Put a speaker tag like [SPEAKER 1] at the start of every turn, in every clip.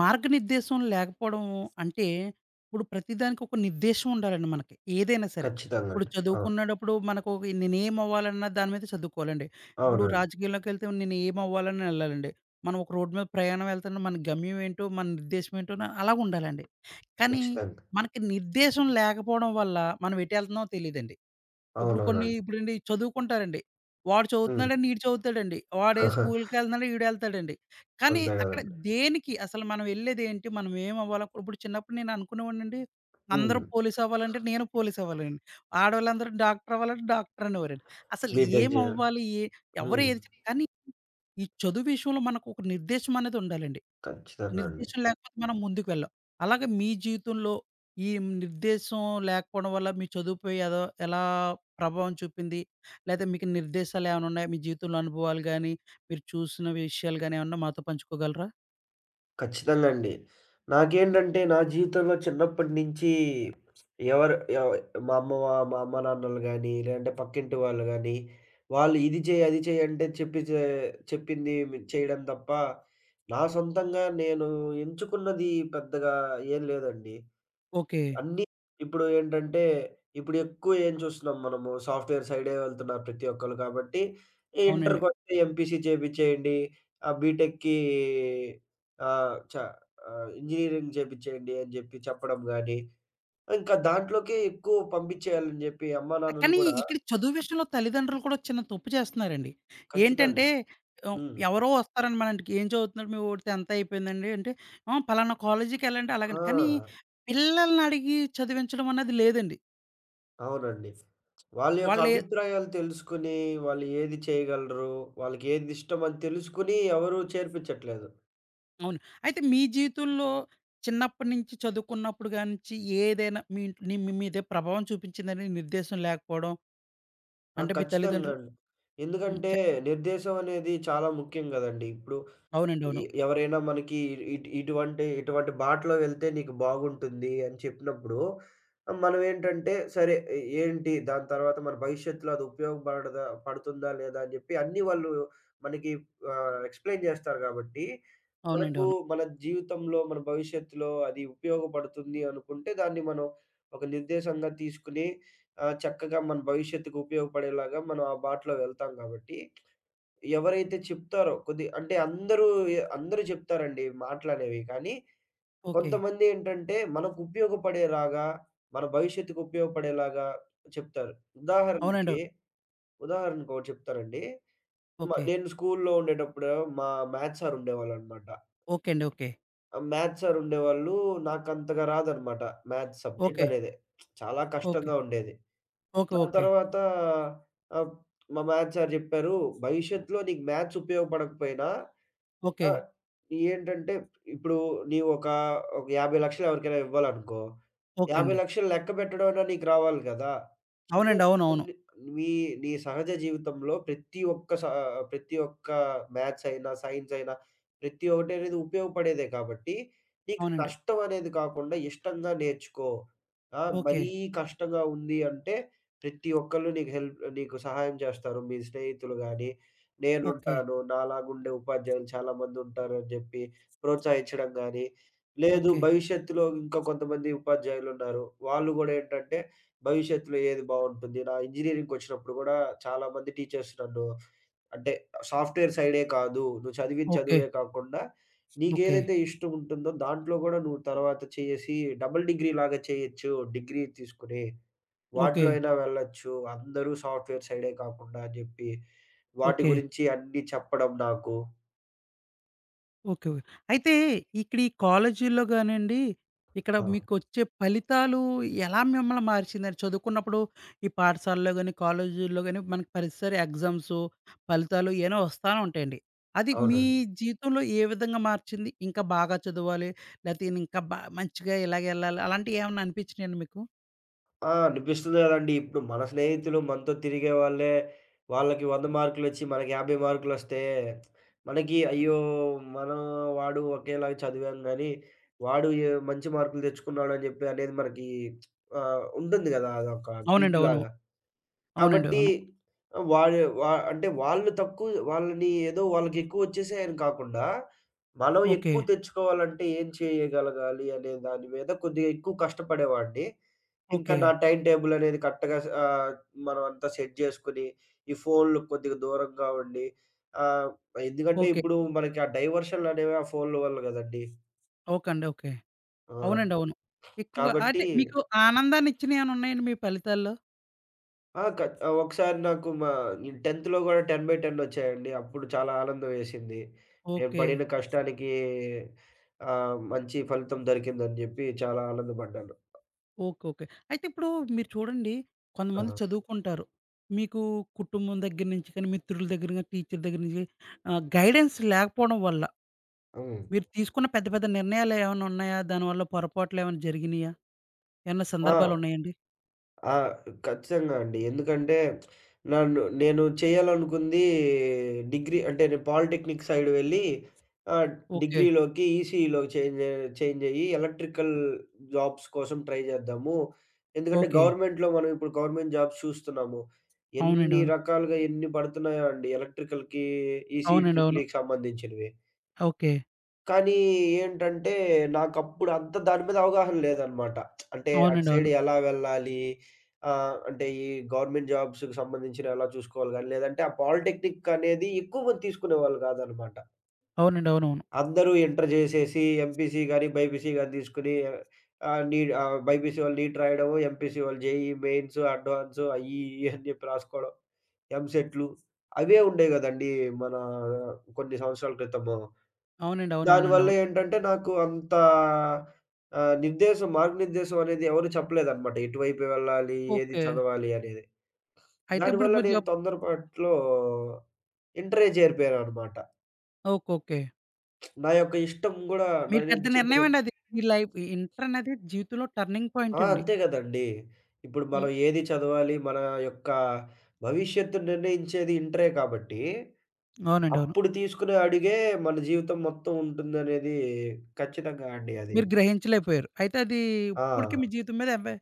[SPEAKER 1] మార్గనిర్దేశం లేకపోవడం అంటే, ఇప్పుడు ప్రతిదానికి ఒక నిర్దేశం ఉండాలండి మనకి. ఏదైనా సరే.
[SPEAKER 2] ఖచ్చితంగా
[SPEAKER 1] ఇప్పుడు
[SPEAKER 2] అండి. అవును.
[SPEAKER 1] చదువుకునేటప్పుడు మనకు ఒక నేనేం అవ్వాలన్నా దాని మీద చదువుకోవాలండి. ఇప్పుడు
[SPEAKER 2] అవునండి.
[SPEAKER 1] రాజకీయంలోకెళ్తే నేను ఏమవ్వాలని ఎళ్ళాలండి. మనం ఒక రోడ్డు మీద ప్రయాణం వెళ్తున్నా మన గమ్యం ఏంటో, మన నిర్దేశం ఏంటో అలాగుండాలండి. కానీ
[SPEAKER 2] ఖచ్చితంగా.
[SPEAKER 1] మనకి నిర్దేశం లేకపోవడం వల్ల మనం ఎటెళ్తున్నామో తెలీదండి. ఇప్పుడు కొన్ని
[SPEAKER 2] అవునవునండి.
[SPEAKER 1] ఇప్పుడండి చదువుకుంటారండి. వాడు
[SPEAKER 2] హ్మ్.
[SPEAKER 1] చదువుతున్నాడండి, ఈడు చదువుతాడండి. వాడే స్కూల్‌కెళ్తున్నాడు, ఈడెళ్తాడండి. కానీ
[SPEAKER 2] అంతే
[SPEAKER 1] అక్కడ
[SPEAKER 2] గదండీ.
[SPEAKER 1] దేనికి అసలు మనం ఎళ్ళేదేంటి? మనం ఏమవ్వాలి? ఇప్పుడు చిన్నప్పుడు నేను అనుకునేవాడినండి, అందరూ
[SPEAKER 2] హ్మ్.
[SPEAKER 1] పోలీస్ అవ్వాలంటే నేను పోలీస్ అవ్వాలండి. ఆడోళ్ళందరూ డాక్టర్ అవ్వాలంటే డాక్టర్ అనేవారండి. అసలు
[SPEAKER 2] బీటెక్ జేయాలి.
[SPEAKER 1] ఏమవ్వాలి? ఏ ఎవరు
[SPEAKER 2] హ్మ్.
[SPEAKER 1] ఏది చెప్ కానీ ఈ చదువు విషయంలో మనకు ఒక నిర్దేశం అనేది ఉండాలండి.
[SPEAKER 2] ఖచ్చితంగా అండి.
[SPEAKER 1] నిర్దేశం లేకపోతే మనం ముందుకు వెళ్ళం. అలాగే మీ జీవితంలో ఈ నిర్దేశం లేకపోవడం వల్ల మీ చదువుపై ఏదో ఎలా ప్రభావం చూపింది? లేతే మీకు నిర్దేశాలు ఏమైనా ఉన్నాయా? మీ జీవితంలో అనుభవాలు గాని, మీరు చూసిన విషయాలు గాని ఏమన్నా మాతో పంచుకోగలరా?
[SPEAKER 2] ఖచ్చితంగా అండి. నాకేంటంటే నా జీవితంలో చిన్నప్పటి నుంచి ఎవరు ఎవ్ మా అమ్మ నాన్నలు గాని, లేదంటే పక్కింటి వాళ్ళు గాని, వాళ్ళు ఇది చేయి, అది చేయి అంటే చెప్పింది చేయడం తప్ప, నా సొంతంగా నేను ఎంచుకున్నది పెద్దగా ఏం లేదండి.
[SPEAKER 1] ఓకే.
[SPEAKER 2] అన్నీ ఇప్పుడు ఏంటంటే, ఇప్పుడు ఎక్కువ ఏం చూస్తున్నాం, మనము సాఫ్ట్‌వేర్ సైడే వెళ్తున్నారు ప్రతి ఒక్కళ్ళు కాబట్టి, ఈ
[SPEAKER 1] అవునండి.
[SPEAKER 2] ఇంటర్‌కొస్తే ఎంపీసీ చేపిచ్చేయండి. బీటెక్‌కి ఆహ్, చ ఇంజినీరింగ్ చేపిచ్చేయండి అని జెప్పి చెప్పడం గాని, ఇంకా దాంట్లోకే ఎక్కువ పంపించేయాలని జెప్పి
[SPEAKER 1] ఆ!
[SPEAKER 2] అమ్మానాన్నలు
[SPEAKER 1] కానీ
[SPEAKER 2] గూడా
[SPEAKER 1] ఇక్కడ చదువు విషయంలో తల్లిదండ్రులు కూడా చిన్న తప్పు చేస్తున్నారండి. ఏంటంటే
[SPEAKER 2] ఖచ్చితంగా.
[SPEAKER 1] ఆహ్,
[SPEAKER 2] హ్మ్.
[SPEAKER 1] ఎవరో వస్తారండి మన ఇంటికి. "ఏం చదువుతున్నాడు మీ వాడు 10థ్ అయిపోయిందండి" అంటే, "ఆ! పలానా కాలేజీకెళ్ళండి" అలాగని. కానీ
[SPEAKER 2] ఆ!
[SPEAKER 1] పిల్లల్ని అడిగి చదివించడం అన్నది లేదండి.
[SPEAKER 2] అవునండి. వాళ్ళ యొక్క
[SPEAKER 1] వాళ్ళే
[SPEAKER 2] అభిప్రాయాలు తెలుసుకొని, వాళ్ళు ఏది చేయగలరు, వాళ్ళకి ఏది ఇష్టమని తెలుసుకొని ఎవరు చేర్పించట్లేదు.
[SPEAKER 1] అవును. అయితే మీ జీవితంలో చిన్నప్పటి నుంచి చదువుకున్నప్పుడు గానించి ఏదైనా మీ ఇంట్లో ని మీ మీదే ప్రభావం చూపించిందని నిర్దేశం లేకపోవడం,
[SPEAKER 2] ఆ!
[SPEAKER 1] అంటే మీ
[SPEAKER 2] ఖచ్చితంగా
[SPEAKER 1] తల్లిదండ్రులు
[SPEAKER 2] అండి.
[SPEAKER 1] హ్మ్.
[SPEAKER 2] ఎందుకంటే
[SPEAKER 1] చె
[SPEAKER 2] నిర్దేశం అనేది చాలా ముఖ్యం గదండీ! ఇప్పుడు
[SPEAKER 1] అవునండి. అవును.
[SPEAKER 2] ఎవరైనా మనకి ఇటువంటి బాటలో వెళ్తే నీకు బాగుంటుంది అని చెప్పినప్పుడు, మనమేంటంటే సరే, ఏంటి దాని తర్వాత మన భవిష్యత్తులో అది ఉపయోగపడదా పడుతుందా లేదా అని చెప్పి అన్నీ వాళ్ళు మనకి ఎక్స్‌ప్లెయిన్ చేస్తారు కాబట్టి,
[SPEAKER 1] అవునండి.
[SPEAKER 2] మనకు
[SPEAKER 1] అవును.
[SPEAKER 2] మన జీవితంలో, మన భవిష్యత్తులో అది ఉపయోగపడుతుంది అనుకుంటే దాన్ని మనం ఒక నిర్దేశంగా తీసుకొని చక్కగా మన భవిష్యత్తుకు ఉపయోగపడేలాగా మనం ఆ బాటలో వెళ్తాం కాబట్టి, ఎవరైతే చెప్తారో కొద్ది అంటే అందరూ అందరూ చెప్తారండి మాటలనేవి. కానీ
[SPEAKER 1] ఓకే.
[SPEAKER 2] కొంతమంది ఏంటంటే మనకు ఉపయోగపడేలాగా, మన భవిష్యత్తుకు ఉపయోగపడేలాగా చెప్తారు.
[SPEAKER 1] అవునండి.
[SPEAKER 2] ఉదాహరణకి,
[SPEAKER 1] అవును.
[SPEAKER 2] ఉదాహరణకొకటి చెప్తారండి.
[SPEAKER 1] ఓకే.
[SPEAKER 2] నేను స్కూలులో ఉండేటప్పుడు మా మ్యాథ్స్ సార్ ఉండేవాళ్ళనమాట.
[SPEAKER 1] ఓకే అండి. ఓకే.
[SPEAKER 2] ఆ మ్యాథ్స్ సార్ ఉండేవాళ్ళు, నాకంతగా రాదనమాట మ్యాథ్స్ సబ్జెక్ట్
[SPEAKER 1] ఓకే.
[SPEAKER 2] అనేది. చాలా
[SPEAKER 1] ఓకే.
[SPEAKER 2] కష్టంగా ఉండేది.
[SPEAKER 1] ఓకే.
[SPEAKER 2] దాని
[SPEAKER 1] ఓకే.
[SPEAKER 2] తర్వాత ఆహ్, మా మ్యాథ్స్ సార్ చెప్పారు, "భవిష్యత్తులో నీకు మ్యాథ్స్ ఉపయోగపడకపోయినా,
[SPEAKER 1] ఓకే.
[SPEAKER 2] ఆ! ఏంటంటే ఇప్పుడు నీవు ఒక 50,00,000 ఎవరికైనా ఇవ్వాలనుకో,
[SPEAKER 1] ఓకే అండి.
[SPEAKER 2] 50,00,000 లెక్క పెట్టడంలో నీకు రావాలి కదా! చిన్న
[SPEAKER 1] అవునండి. అవును. అవును.
[SPEAKER 2] కొన్ని మీ నీ సహజ జీవితంలో ప్రతి ఒక్క మ్యాథ్స్ అయినా, సైన్స్ అయినా ప్రతి ఒక్కటి అనేది ఉపయోగపడేదే కాబట్టి, నీకు
[SPEAKER 1] అవునండి.
[SPEAKER 2] కష్టం అనేది కాకుండా ఇష్టంగా నేర్చుకో. ఆ!
[SPEAKER 1] ఓకే.
[SPEAKER 2] మరీ కష్టంగా ఉంది అంటే ప్రతి ఒక్కళ్ళు నీకు హెల్ప్, నీకు సహాయం చేస్తారు. మీ స్నేహితులు గాని
[SPEAKER 1] ఓకే.
[SPEAKER 2] నేనుంటాను. నాలాగుండే ఉపాధ్యాయులు చాలా మందుంటారు" అని జెప్పి ప్రోత్సహించడం గాని, లేదు
[SPEAKER 1] ఓకే.
[SPEAKER 2] భవిష్యత్తులో ఇంకా కొంతమంది ఉపాధ్యాయులున్నారు. వాళ్ళు గూడా ఏంటంటే, భవిష్యత్తులో ఏది బావుంటుంది? నా ఇంజినీరింగ్‌కొచ్చినప్పుడు గూడా చాలామంది టీచర్స్ నన్ను అంటే సాఫ్ట్‌వేర్ సైడే కాదు, నువ్వు చదివిన
[SPEAKER 1] ఓకే.
[SPEAKER 2] చదువే కాకుండా
[SPEAKER 1] ఓకే.
[SPEAKER 2] నీకేదైతే ఇష్టం ఉంటుందో దాంట్లో గూడా నువ్వు తర్వాత చేసి డబుల్ డిగ్రీ లాగా చేయొచ్చు, డిగ్రీ తీసుకుని
[SPEAKER 1] ఓకే.
[SPEAKER 2] వాటిలో అయినా వెళ్ళొచ్చు, అందరూ సాఫ్ట్‌వేర్ సైడే కాకుండా అని జెప్పి, వాటి
[SPEAKER 1] ఓకే.
[SPEAKER 2] గురించి అన్నీ చెప్పడం నాకు.
[SPEAKER 1] ఓకే. ఓకే. అయితే ఇక్కడ ఈ కాలేజీల్లో గానండి, ఇక్కడ
[SPEAKER 2] ఆ!
[SPEAKER 1] మీకొచ్చే ఫలితాలు ఎలా మిమ్మల్ని మార్చిందండి? చదువుకున్నప్పుడు ఈ పాఠశాలలో గాని, కాలేజీల్లో గాని మనకి ప్రతిసారి ఎగ్జామ్సు, ఫలితాలు ఏవో వస్తానే ఉంటాయండి. అది మీ
[SPEAKER 2] అవునండి.
[SPEAKER 1] జీవితంలో ఏ విధంగా మార్చింది? ఇంకా బాగా చదవాలి, లేతే నేను ఇంకా బా మంచిగా ఇలాగెళ్ళాలి అలాంటివి ఏమన్నా అనిపించినాయండి మీకు?
[SPEAKER 2] ఆ! అనిపిస్తుంది గదండీ! ఇప్పుడు మన స్నేహితులు మనతో తిరిగే వాళ్ళే వాళ్ళకి 100 మార్కులొచ్చి, మనకి 50 మార్కులొస్తే, మనకి అయ్యో! మనం వాడు ఒకేలాగా చదివాం గానీ, వాడు ఏ మంచి మార్కులు తెచ్చుకున్నాడని జెప్పి అనేది మనకి ఉంటుంది గదా! అదొక
[SPEAKER 1] అవునండి.
[SPEAKER 2] గిల్ట్
[SPEAKER 1] అవును.
[SPEAKER 2] లాగా.
[SPEAKER 1] అవునండి.
[SPEAKER 2] కాబట్టి
[SPEAKER 1] అవును.
[SPEAKER 2] వాడు వా అంటే వాళ్ళు తక్కువ వాళ్ళని ఏదో వాళ్ళకెక్కువొచ్చేసాయని కాకుండా, మనం
[SPEAKER 1] ఓకే.
[SPEAKER 2] ఎక్కువ తెచ్చుకోవాలంటే ఏం చేయగలగాలి అనే దాని మీద కొద్దిగా ఎక్కువ కష్టపడేవాడిని. ఇంకా
[SPEAKER 1] ఓకే.
[SPEAKER 2] నా టైమ్ టేబుల్ అనేది కరెక్ట్‌గా మనం అంతా సెట్ చేసుకొని, ఈ ఫోన్‌లకు కొద్దిగా దూరంగా ఉండి, ఆహ్, ఎందుకంటే
[SPEAKER 1] ఓకే.
[SPEAKER 2] ఇప్పుడు మనకి ఆ డైవర్షన్‌లనేవి ఆ ఫోన్‌ల వల్ల కదండీ!
[SPEAKER 1] ఓకే అండి. ఓకే.
[SPEAKER 2] ఆ!
[SPEAKER 1] అవునండి. అవును. ఎక్కువగా
[SPEAKER 2] కాబట్టి
[SPEAKER 1] అంటే మీకు ఆనందాన్నిచ్చినయేమన్నా ఉన్నాయండి మీ ఫలితాల్లో?
[SPEAKER 2] ఆ! ఒకసారి నాకు మా నేను 10థ్‌లో గూడా 10/10 ఒచ్చాయండి. అప్పుడు చాలా ఆనందం వేసింది. నేను
[SPEAKER 1] ఓకే.
[SPEAKER 2] పడిన కష్టానికి మంచి ఫలితం దొరికిందని జెప్పి చాలా ఆనందపడ్డాను.
[SPEAKER 1] ఓకే. ఓకే. అయితే ఇప్పుడు మీరు చూడండి
[SPEAKER 2] ఆ!
[SPEAKER 1] కొంతమంది చదువుకుంటారు. మీకు కుటుంబం దగ్గర నుంచి కానీ, మిత్రుల దగ్గర గాని, టీచర్ దగ్గర నుంచి గైడెన్స్ లేకపోవడం వల్ల
[SPEAKER 2] హ్మ్.
[SPEAKER 1] మీరు తీసుకున్న పెద్ద పెద్ద నిర్ణయాలు ఏమైనా ఉన్నాయా? దానివల్ల పొరపాట్లు ఏమైనా జరిగినాయా? ఏమన్నా
[SPEAKER 2] ఆ!
[SPEAKER 1] సందర్భాలు ఉన్నాయండి?
[SPEAKER 2] ఆ! ఖచ్చితంగా అండి. ఎందుకంటే నన్ను నేను చేయాలనుకుంది డిగ్రీ అంటే నేను పాలిటెక్నిక్ సైడ్ వెళ్ళి, ఆహ్,
[SPEAKER 1] ఓకే.
[SPEAKER 2] డిగ్రీలోకి ఈసీఈలోకి చేంజ్ చేంజ్ అయ్యి ఎలక్ట్రికల్ జాబ్స్ కోసం ట్రై చేద్దాము. ఎందుకంటే
[SPEAKER 1] ఓకే.
[SPEAKER 2] గవర్నమెంట్‌లో మనం ఇప్పుడు గవర్నమెంట్ జాబ్స్ చూస్తున్నాము.
[SPEAKER 1] అవునండి.
[SPEAKER 2] ఎన్ని
[SPEAKER 1] అవును.
[SPEAKER 2] రకాలుగా ఎన్ని పడుతున్నాయో అండి ఎలక్ట్రికల్‌కి, ఈసీఈ
[SPEAKER 1] అవునండి. అవును.
[SPEAKER 2] ట్రిపుల్‌ఈకి సంబంధించినవి.
[SPEAKER 1] ఓకే.
[SPEAKER 2] కానీ ఏంటంటే, నాకప్పుడు అంత దాని మీద అవగాహన లేదనమాట. అంటే అటు
[SPEAKER 1] అవునండి.
[SPEAKER 2] సైడ్
[SPEAKER 1] అవును.
[SPEAKER 2] ఎలా వెళ్ళాలి? అంటే ఈ గవర్నమెంట్ జాబ్స్‌కి సంబంధించినవి ఎలా చూసుకోవాలి గాని, లేదంటే ఆ పాలిటెక్నిక్ అనేది ఎక్కువ మంది తీసుకునేవాళ్ళు కాదనమాట.
[SPEAKER 1] అవునండి. అవునవును.
[SPEAKER 2] అందరూ ఇంటర్ చేసేసి ఎంపీసీ గాని, బైపీసీ గాని తీసుకొని బైపీసీ వాళ్ళు నీట్ రాయడము, ఎంపీసీ వాళ్ళు జేఈఈ మెయిన్స్, అడ్వాన్స్ అయ్యి, ఇయ్యి అని చెప్పి రాసుకోవడం. ఎంసెట్‌లు అవే ఉండేవి కదండీ! మన కొన్ని సంవత్సరాల క్రితము.
[SPEAKER 1] అవునండి. అవునవునండి.
[SPEAKER 2] దానివల్ల
[SPEAKER 1] అవును.
[SPEAKER 2] ఏంటంటే నాకు అంత నిర్దేశం మార్గనిర్దేశం అనేది ఎవరు చెప్పలేదనమాట. ఎటువైపు వెళ్ళాలి? ఏది
[SPEAKER 1] ఓకే.
[SPEAKER 2] చదవాలి? అనేది.
[SPEAKER 1] అయితే ఇప్పుడు
[SPEAKER 2] దానివల్ల
[SPEAKER 1] మీరు
[SPEAKER 2] నేను
[SPEAKER 1] జప్
[SPEAKER 2] తొందరపాట్లో ఇంటరే చేరిపోయాననమాట.
[SPEAKER 1] ఓకే. ఓకే.
[SPEAKER 2] నా యొక్క ఇష్టం గూడా
[SPEAKER 1] మీరు పెద్ద
[SPEAKER 2] నేనిప్పుడు
[SPEAKER 1] నిర్ణయం
[SPEAKER 2] చెప్పినట్టు
[SPEAKER 1] అండి అది. మీ లైఫ్ ఇంటర్ అనేది జీవితంలో టర్నింగ్
[SPEAKER 2] ఆ!
[SPEAKER 1] పాయింట్ అండి.
[SPEAKER 2] అంతే గదండీ! ఇప్పుడు మనం ఏది చదవాలి? మన యొక్క భవిష్యత్తును నిర్ణయించేది ఇంటరే కాబట్టి,
[SPEAKER 1] అవునండి. అవును.
[SPEAKER 2] అప్పుడు తీసుకునే అడుగే మన జీవితం మొత్తం ఉంటుందనేది ఖచ్చితంగా అండి అది.
[SPEAKER 1] మీరు గ్రహించలేకపోయారు. అయితే అది
[SPEAKER 2] ఆ!
[SPEAKER 1] ఇప్పటికి మీ జీవితం మీద ఎంపా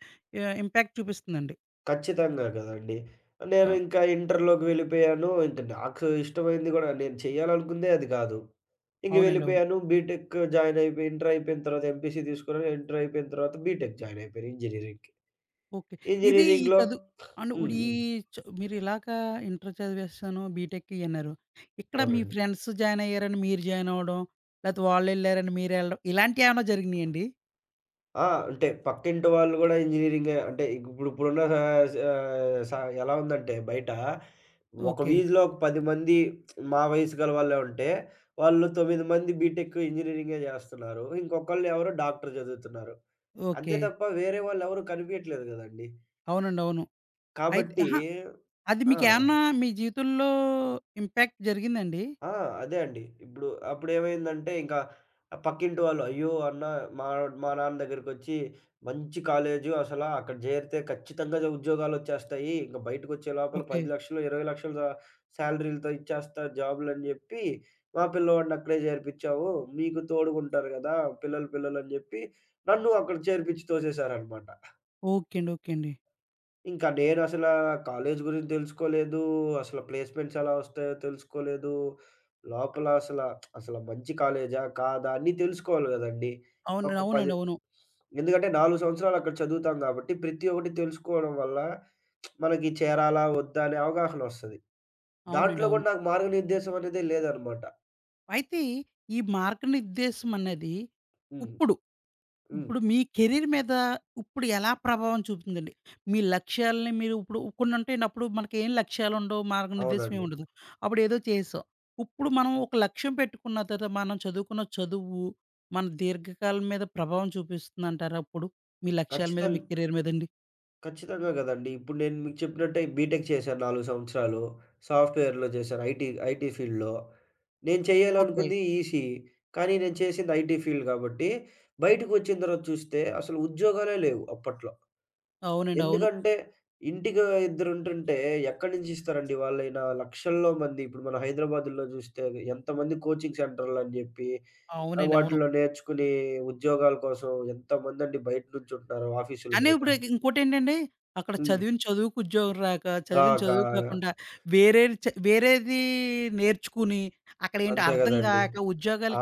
[SPEAKER 1] ఆహ్, ఇంపాక్ట్ చూపిస్తుందండి.
[SPEAKER 2] ఖచ్చితంగా గదండీ! నేను
[SPEAKER 1] ఆ!
[SPEAKER 2] ఇంకా ఇంటర్‌లోకి వెళ్ళిపోయాను. ఇంక నాకు ఇష్టమైంది గూడా నేను చేయాలనుకుందే అది గాదు. ఇంక
[SPEAKER 1] అవునండి. అవును.
[SPEAKER 2] వెళ్ళిపోయాను. బీటెక్ జాయిన్ అయిపోయి ఇంటర్ అయిపోయిన తర్వాత ఎంపీసీ తీసుకున్నాను. ఇంటర్ అయిపోయిన తర్వాత బీటెక్ జాయిన్ అయిపోయాను ఇంజినీరింగ్‌కి.
[SPEAKER 1] ఓకే. ఇది ఈ
[SPEAKER 2] ఇంజినీరింగ్‌లో
[SPEAKER 1] చదువు అండ్
[SPEAKER 2] హ్మ్.
[SPEAKER 1] ఇప్పుడు ఈ
[SPEAKER 2] హ్మ్.
[SPEAKER 1] చ మీరు ఇలాగా ఇంటర్ చదివేస్తాను, బీటెక్ ఇయి అన్నారు. ఇక్కడ మీ
[SPEAKER 2] అవునండి.
[SPEAKER 1] ఫ్రెండ్స్ జాయిన్ అయ్యారని మీరు జాయిన్ అవ్వడం, లేతే వాళ్ళెళ్లారని మీరెళ్ళడం ఇలాంటియేమన్నా జరిగినియండి?
[SPEAKER 2] ఆ! అంటే పక్కింటి వాళ్ళు గూడా ఇంజినీరింగే అంటే ఇప్పుడున్న సా సా ఎలా ఉందంటే బయట ఒక
[SPEAKER 1] ఓకే.
[SPEAKER 2] వీధిలో ఒక 10 మంది మా వయసు గల వాళ్ళే ఉంటే, వాళ్ళు 9 మంది బీటెక్ ఇంజినీరింగే జేస్తున్నారు. ఇంకొకళ్ళు ఎవరో డాక్టర్ చదువుతున్నారు. అంతే
[SPEAKER 1] ఓకే.
[SPEAKER 2] తప్ప వేరే వాళ్ళెవరు కనిపియట్లేదు గదండీ.
[SPEAKER 1] అవునండి. అవును. అయితే
[SPEAKER 2] కాబట్టి
[SPEAKER 1] అహా! అది
[SPEAKER 2] ఆ!
[SPEAKER 1] మీకేమన్నా మీ జీవితంలో ఇంపాక్ట్ జరిగిందండి?
[SPEAKER 2] ఆ! అదే అండి. ఇప్పుడు అప్పుడేమైందంటే ఇంకా పక్కింటి వాళ్ళు, "అయ్యో! అన్న మా మా నాన్న దగ్గరికొచ్చి మంచి కాలేజు అసల అక్కడ చేరితే ఖచ్చితంగా ఉద్యోగాలొచ్చేస్తాయి. ఇంక బయటకొచ్చే లోపల
[SPEAKER 1] ఓకే.
[SPEAKER 2] 10,00,000, 20,00,000 శాలరీలతో ఇచ్చేస్తా జాబులని" చెప్పి, మా పిల్లోడిని అక్కడే చేర్పిచ్చావు. మీకు తోడుగుంటారు గదా! పిల్లలు పిల్లలని చెప్పి నన్ను అక్కడ చేర్పిచ్చి తోసేశారనమాట.
[SPEAKER 1] ఓకే అండి. ఓకే అండి.
[SPEAKER 2] ఇంకా నేనసలా కాలేజ్ గురించి తెలుసుకోలేదు. అసల ప్లేస్‌మెంట్స్ ఎలా వస్తాయో తెలుసుకోలేదు. లోపల అసల, అసల మంచి కాలేజా? కాదా? అన్నీ తెలుసుకోవాలి గదండీ!
[SPEAKER 1] అవునండి.
[SPEAKER 2] ఒక 10
[SPEAKER 1] అవునండి. అవును.
[SPEAKER 2] ఎందుకంటే 4 సంవత్సరాలు అక్కడ చదువుతాం గాబట్టి, ప్రతి ఒక్కటి తెలుసుకోవడం వల్ల మనకి చేరాలా? వద్దా? అనే అవగాహన వస్తది.
[SPEAKER 1] అవునండి.
[SPEAKER 2] దాంట్లో
[SPEAKER 1] అవును.
[SPEAKER 2] గూడా నాకు మార్గనిర్దేశం అనేదే లేదనమాట.
[SPEAKER 1] అయితే ఈ మార్గనిర్దేశం అన్నది
[SPEAKER 2] హ్మ్.
[SPEAKER 1] ఇప్పుడు,
[SPEAKER 2] హ్మ్.
[SPEAKER 1] ఇప్పుడు మీ కెరీర్ మీద ఇప్పుడు ఎలా ప్రభావం చూపుతుందండి? మీ లక్ష్యాలని మీరు ఇప్పుడు కొన్ని ఉంటాయండి. అప్పుడు మనకేం లక్ష్యాలుండవు. మార్గనిర్దేశం ఏమి
[SPEAKER 2] అవునండి.
[SPEAKER 1] ఉండదు. అప్పుడేదో చేసాం. ఇప్పుడు మనం ఒక లక్ష్యం పెట్టుకున్న తర్వాత మనం చదువుకున్న చదువు మన దీర్ఘకాలం మీద ప్రభావం చూపిస్తుందంటారా అప్పుడు? మీ లక్ష్యాల మీద,
[SPEAKER 2] ఖచ్చితం
[SPEAKER 1] మీ కెరీర్ మీదండి?
[SPEAKER 2] ఖచ్చితంగా గదండీ. ఇప్పుడు నేను మీకు చెప్పినట్టే బీటెక్ చేశాను 4 సంవత్సరాలు. సాఫ్ట్‌వేర్‌లో చేశాను. ఐటీ ఫీల్డ్‌లో. నేను
[SPEAKER 1] ఓకే.
[SPEAKER 2] చేయాలనుకుంది ఈసీఈ. కానీ నేను చేసింది ఐటీ ఫీల్డ్ గాబట్టి, బయటికొచ్చిన తర్వాత చూస్తే అసలు ఉద్యోగాలే లేవు అప్పట్లో.
[SPEAKER 1] అవునండి. అవును.
[SPEAKER 2] ఎందుకంటే ఇంటికి ఇద్దరుంటుంటే ఎక్కడి నుంచి ఇస్తారండి, వాళ్ళైనా లక్షల్లో మంది ఇప్పుడు మన హైదరాబాద్‌లో చూస్తే ఎంతమంది కోచింగ్ సెంటర్‌లని జెప్పి
[SPEAKER 1] అవునండి. అవును.
[SPEAKER 2] వాటిలో నేర్చుకుని ఉద్యోగాల కోసం ఎంతమందండి బయట నుంచుంటున్నారు ఆఫీసుల
[SPEAKER 1] కానీ
[SPEAKER 2] బయట.
[SPEAKER 1] ఇప్పుడు ఇంకోటేంటండి, అక్కడ
[SPEAKER 2] హ్మ్.
[SPEAKER 1] చదివిన చదువుకు ఉద్యోగం రాక, చదివిన
[SPEAKER 2] రాక
[SPEAKER 1] చదువు కాకుండా వేరేది నేర్చుకుని, అక్కడేంటి
[SPEAKER 2] అంతే
[SPEAKER 1] అర్థం
[SPEAKER 2] గదండీ.
[SPEAKER 1] గాక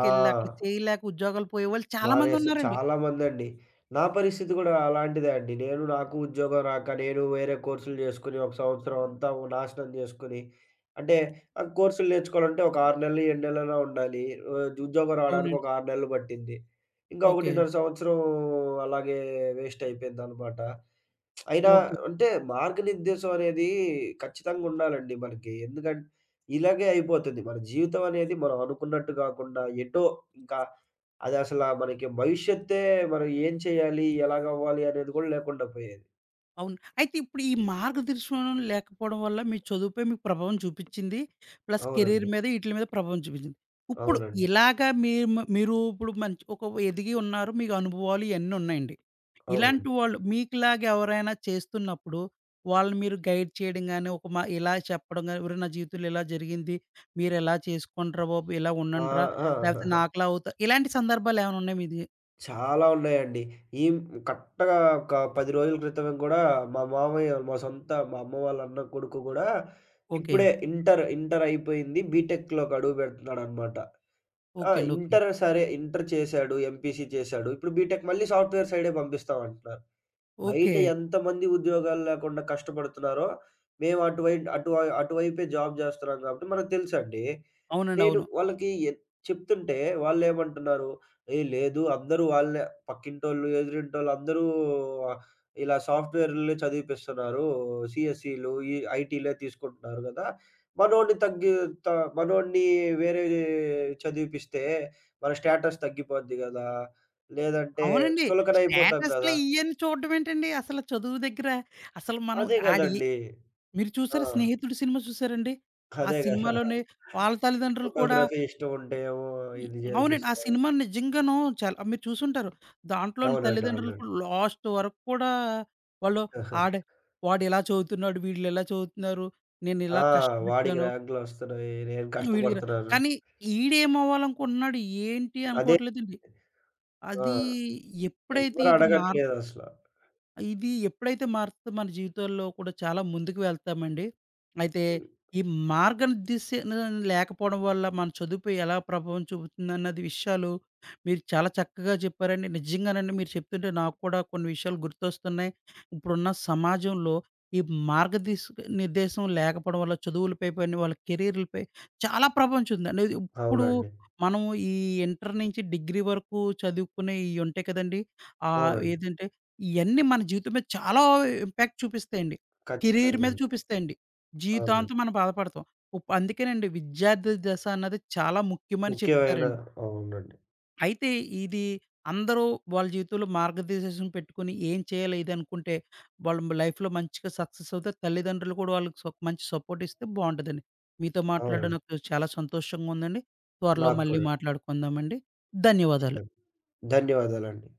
[SPEAKER 2] ఆ!
[SPEAKER 1] అక్కడ చేయలేక ఉద్యోగాలు పోయేవాళ్ళు
[SPEAKER 2] మానేసి
[SPEAKER 1] చాలామందున్నారండి.
[SPEAKER 2] చాలామందండి. నా పరిస్థితి గూడా అలాంటిదే అండి. నేను నాకు ఉద్యోగం రాక నేను వేరే కోర్సులు జేసుకొని ఒక సంవత్సరం అంతా నాశనం జేసుకొని, అంటే ఆ కోర్సులు నేర్చుకోవాలంటే ఒక 6 నెలలు, 7 నెలలైనా ఉండాలి. ఉద్యోగం రావడానికి
[SPEAKER 1] అవునండి.
[SPEAKER 2] ఒక 6 నెలలు బట్టింది. ఇంకా
[SPEAKER 1] ఓకే.
[SPEAKER 2] 1.5 సంవత్సరం అలాగే వేస్ట్ అయిపోయిందనమాట. అయినా
[SPEAKER 1] ఓకే.
[SPEAKER 2] అంటే మార్గనిర్దేశం అనేది ఖచ్చితంగా ఉండాలండి మనకి. ఇలాగే అయిపోతది. మన జీవితం అనేది మనం అనుకున్నట్టు గాకుండా ఎటో ఇంకా అది అసల మనకి భవిష్యత్తే మనం ఏం చేయాలి? ఎలాగవ్వాలి? అనేది గూడా లేకుండా పోయేది.
[SPEAKER 1] అవును. అయితే ఇప్పుడు ఈ మార్గదర్శనం లేకపోవడం వల్ల మీ చదువుపై మీకు ప్రభావం చూపిచ్చింది. ప్లస్ కెరీర్
[SPEAKER 2] అవునండి.
[SPEAKER 1] మీద ఈటిలి మీద ప్రభావం చూపిచ్చింది. ఇప్పుడు
[SPEAKER 2] అవునండి.
[SPEAKER 1] ఇలాగా మీరు మ మీరు ఇప్పుడు మంచి ఒక ఎదిగి ఉన్నారు. మీకు అనుభవాలు ఇయన్నీ ఉన్నాయండి. ఇలాంటి
[SPEAKER 2] అవునండి.
[SPEAKER 1] వాళ్ళు మీకులాగా ఎవరైనా చేస్తున్నప్పుడు వాళ్ళని మీరు గైడ్ చేయడం గాని, ఒక మా ఇలా చెప్పడం గాని, "ఒరేయ్! నా జీవితంలో ఇలా జరిగింది. మీరు ఇలా చేసుకోండిరా బాబు. ఇలా
[SPEAKER 2] ఆ!
[SPEAKER 1] ఉండండిరా.
[SPEAKER 2] ఆ! ఆ,
[SPEAKER 1] లేకపోతే నాకులా అవుతా" ఇలాంటి సందర్భాలేమైనా ఉన్నాయా మీది?
[SPEAKER 2] చాలా ఉన్నాయండి. ఈ కరెక్ట్‌గా ఒక 10 రోజుల క్రితమే గూడా మా మామయ్య, మా సొంత మా అమ్మ వాళ్ళ అన్న కొడుకు గూడా
[SPEAKER 1] ఓకే.
[SPEAKER 2] ఇప్పుడే ఇంటర్ అయిపోయింది. బీటెక్‌లోకి అడుగు బెడుతున్నాడనమాట. ఆ!
[SPEAKER 1] ఓకే అండి. ఓకే.
[SPEAKER 2] ఇంటర్ సరే, ఇంటర్ చేశాడు. ఎంపీసీ చేశాడు. ఇప్పుడు బీటెక్ మళ్ళీ సాఫ్ట్‌వేర్ సైడే పంపిస్తామంటున్నారు. బయట
[SPEAKER 1] ఓకే.
[SPEAKER 2] ఎంతమంది ఉద్యోగాలు లేకుండా కష్టపడుతున్నారో, మేము అటువైపే జాబ్ జేస్తున్నాం గాబట్టి మనకు తెలుసండి.
[SPEAKER 1] అవునండి.
[SPEAKER 2] నేను
[SPEAKER 1] అవును.
[SPEAKER 2] వాళ్ళకి చెప్తుంటే వాళ్ళేమంటున్నారు, "ఏయ్! లేదు అందరూ వాళ్ళే పక్కింటోళ్ళు, ఎదురింటోళ్ళు అందరూ ఇలా సాఫ్ట్‌వేర్‌లే చదివిపిస్తున్నారు. సీఎస్ఈలు, ఈ ఐటీలే తీసుకుంటున్నారు గదా! మనోడిని తగ్గి త మనోడిని వేరే చదివిపిస్తే మన స్టేటస్ తగ్గిపోద్ది గదా! లేదంటే
[SPEAKER 1] అవునండి.
[SPEAKER 2] చులకనైపోతాం
[SPEAKER 1] స్టేటస్‌లు
[SPEAKER 2] గదా!"
[SPEAKER 1] ఇయన్నీ చూడడం ఏంటండి అసలు చదువు దగ్గర, అసలు మనం
[SPEAKER 2] అదే
[SPEAKER 1] ఆడి
[SPEAKER 2] గదండీ!
[SPEAKER 1] మీరు
[SPEAKER 2] ఆ!
[SPEAKER 1] చూసారా 'స్నేహితుడు' సినిమా చూసారండి? ఆ
[SPEAKER 2] అదే గదా!
[SPEAKER 1] సినిమాలోని వాళ్ళ తల్లిదండ్రులు కూడా
[SPEAKER 2] ఫోటోగ్రఫీ ఇష్టం ఉంటే ఏమో
[SPEAKER 1] హ్మ్.
[SPEAKER 2] ఇది
[SPEAKER 1] అవునండి. ఆ
[SPEAKER 2] జేపిస్తారు.
[SPEAKER 1] సినిమా నిజంగాను చాలా మీరు చూసుంటారు. దాంట్లోని
[SPEAKER 2] అవునండి.
[SPEAKER 1] తల్లిదండ్రులు
[SPEAKER 2] అవునండి.
[SPEAKER 1] కూడా లాస్ట్ వరకు కూడా వాళ్ళు
[SPEAKER 2] ఆహా!
[SPEAKER 1] ఆడే వాడు ఇలా చదువుతున్నాడు, వీళ్ళిలా చదువుతున్నారు,
[SPEAKER 2] ఆ!
[SPEAKER 1] నేనిలా
[SPEAKER 2] వాడికి
[SPEAKER 1] కష్టపెట్టాను,
[SPEAKER 2] ర్యాంకులొస్తున్నాయి. నేను
[SPEAKER 1] వీడికి రా
[SPEAKER 2] కష్టపడుతున్నాను.
[SPEAKER 1] కానీ ఈడేమవ్వాలనుకుంటున్నాడు, ఏంటి
[SPEAKER 2] అదే
[SPEAKER 1] అనుకోవట్లేదండి.
[SPEAKER 2] ఆ!
[SPEAKER 1] అది ఎప్పుడైతే
[SPEAKER 2] ఎవ్వరు
[SPEAKER 1] ఇది మారు
[SPEAKER 2] అడగట్లేదసల.
[SPEAKER 1] ఇది ఎప్పుడైతే మారుతుందో మన జీవితాల్లో కూడా చాలా ముందుకు వెళ్తామండి. అయితే
[SPEAKER 2] హ్మ్.
[SPEAKER 1] ఈ మార్గనిర్దేశం లేకపోవడం వల్ల మన చదువుపై ఎలా ప్రభావం చూపుతుందన్నది విషయాలు మీరు చాలా చక్కగా చెప్పారండి. నిజంగానండి మీరు చెప్తుంటే నాకు కూడా కొన్ని విషయాలు గుర్తొస్తున్నాయి. ఇప్పుడున్న సమాజంలో ఈ మార్గదిస్ నిర్దేశం లేకపోవడం వల్ల చదువులపై పని వాళ్ళ కెరీర్‌లపై చాలా ప్రభావం చూపుతుంది. అనేది. ఇప్పుడు
[SPEAKER 2] అవునండి.
[SPEAKER 1] మనం ఈ ఇంటర్ నుంచి డిగ్రీ వరకు చదువుకునే ఇయి ఉంటాయి కదండీ!
[SPEAKER 2] అవునండి.
[SPEAKER 1] ఏదంటే ఇయన్నీ మన జీవితం మీద చాలా ఇంపాక్ట్ చూపిస్తాయండి. కెరీర్
[SPEAKER 2] ఖచ్చితంగా
[SPEAKER 1] మీద
[SPEAKER 2] అండి.
[SPEAKER 1] చూపిస్తాయండి.
[SPEAKER 2] అవునండి.
[SPEAKER 1] జీవితాంతం మనం బాధపడతాం. అందుకేనండి విద్యార్థి దశ అన్నది చాలా ముఖ్యమని
[SPEAKER 2] ముఖ్యమైన
[SPEAKER 1] చెప్తారండి.
[SPEAKER 2] అవునండి.
[SPEAKER 1] అయితే ఇది అందరూ వాళ్ళ జీవితంలో మార్గదిశం పెట్టుకొని ఏం చేయాలి ఇది అనుకుంటే, వాళ్ళు లైఫ్‌లో మంచిగా సక్సెస్ అవుతే తల్లిదండ్రులు కూడా వాళ్ళకి మంచి సపోర్ట్ ఇస్తే బావుంటదండి. మీతో మాట్లాడడం
[SPEAKER 2] అవునండి.
[SPEAKER 1] నాకు చాలా సంతోషంగా ఉందండి. త్వరలో
[SPEAKER 2] నాకు
[SPEAKER 1] మళ్ళీ
[SPEAKER 2] కూడా అండి.
[SPEAKER 1] మాట్లాడుకుందామండి. ధన్యవాదాలు.
[SPEAKER 2] ఖచ్చితంగా. ధన్యవాదాలండి.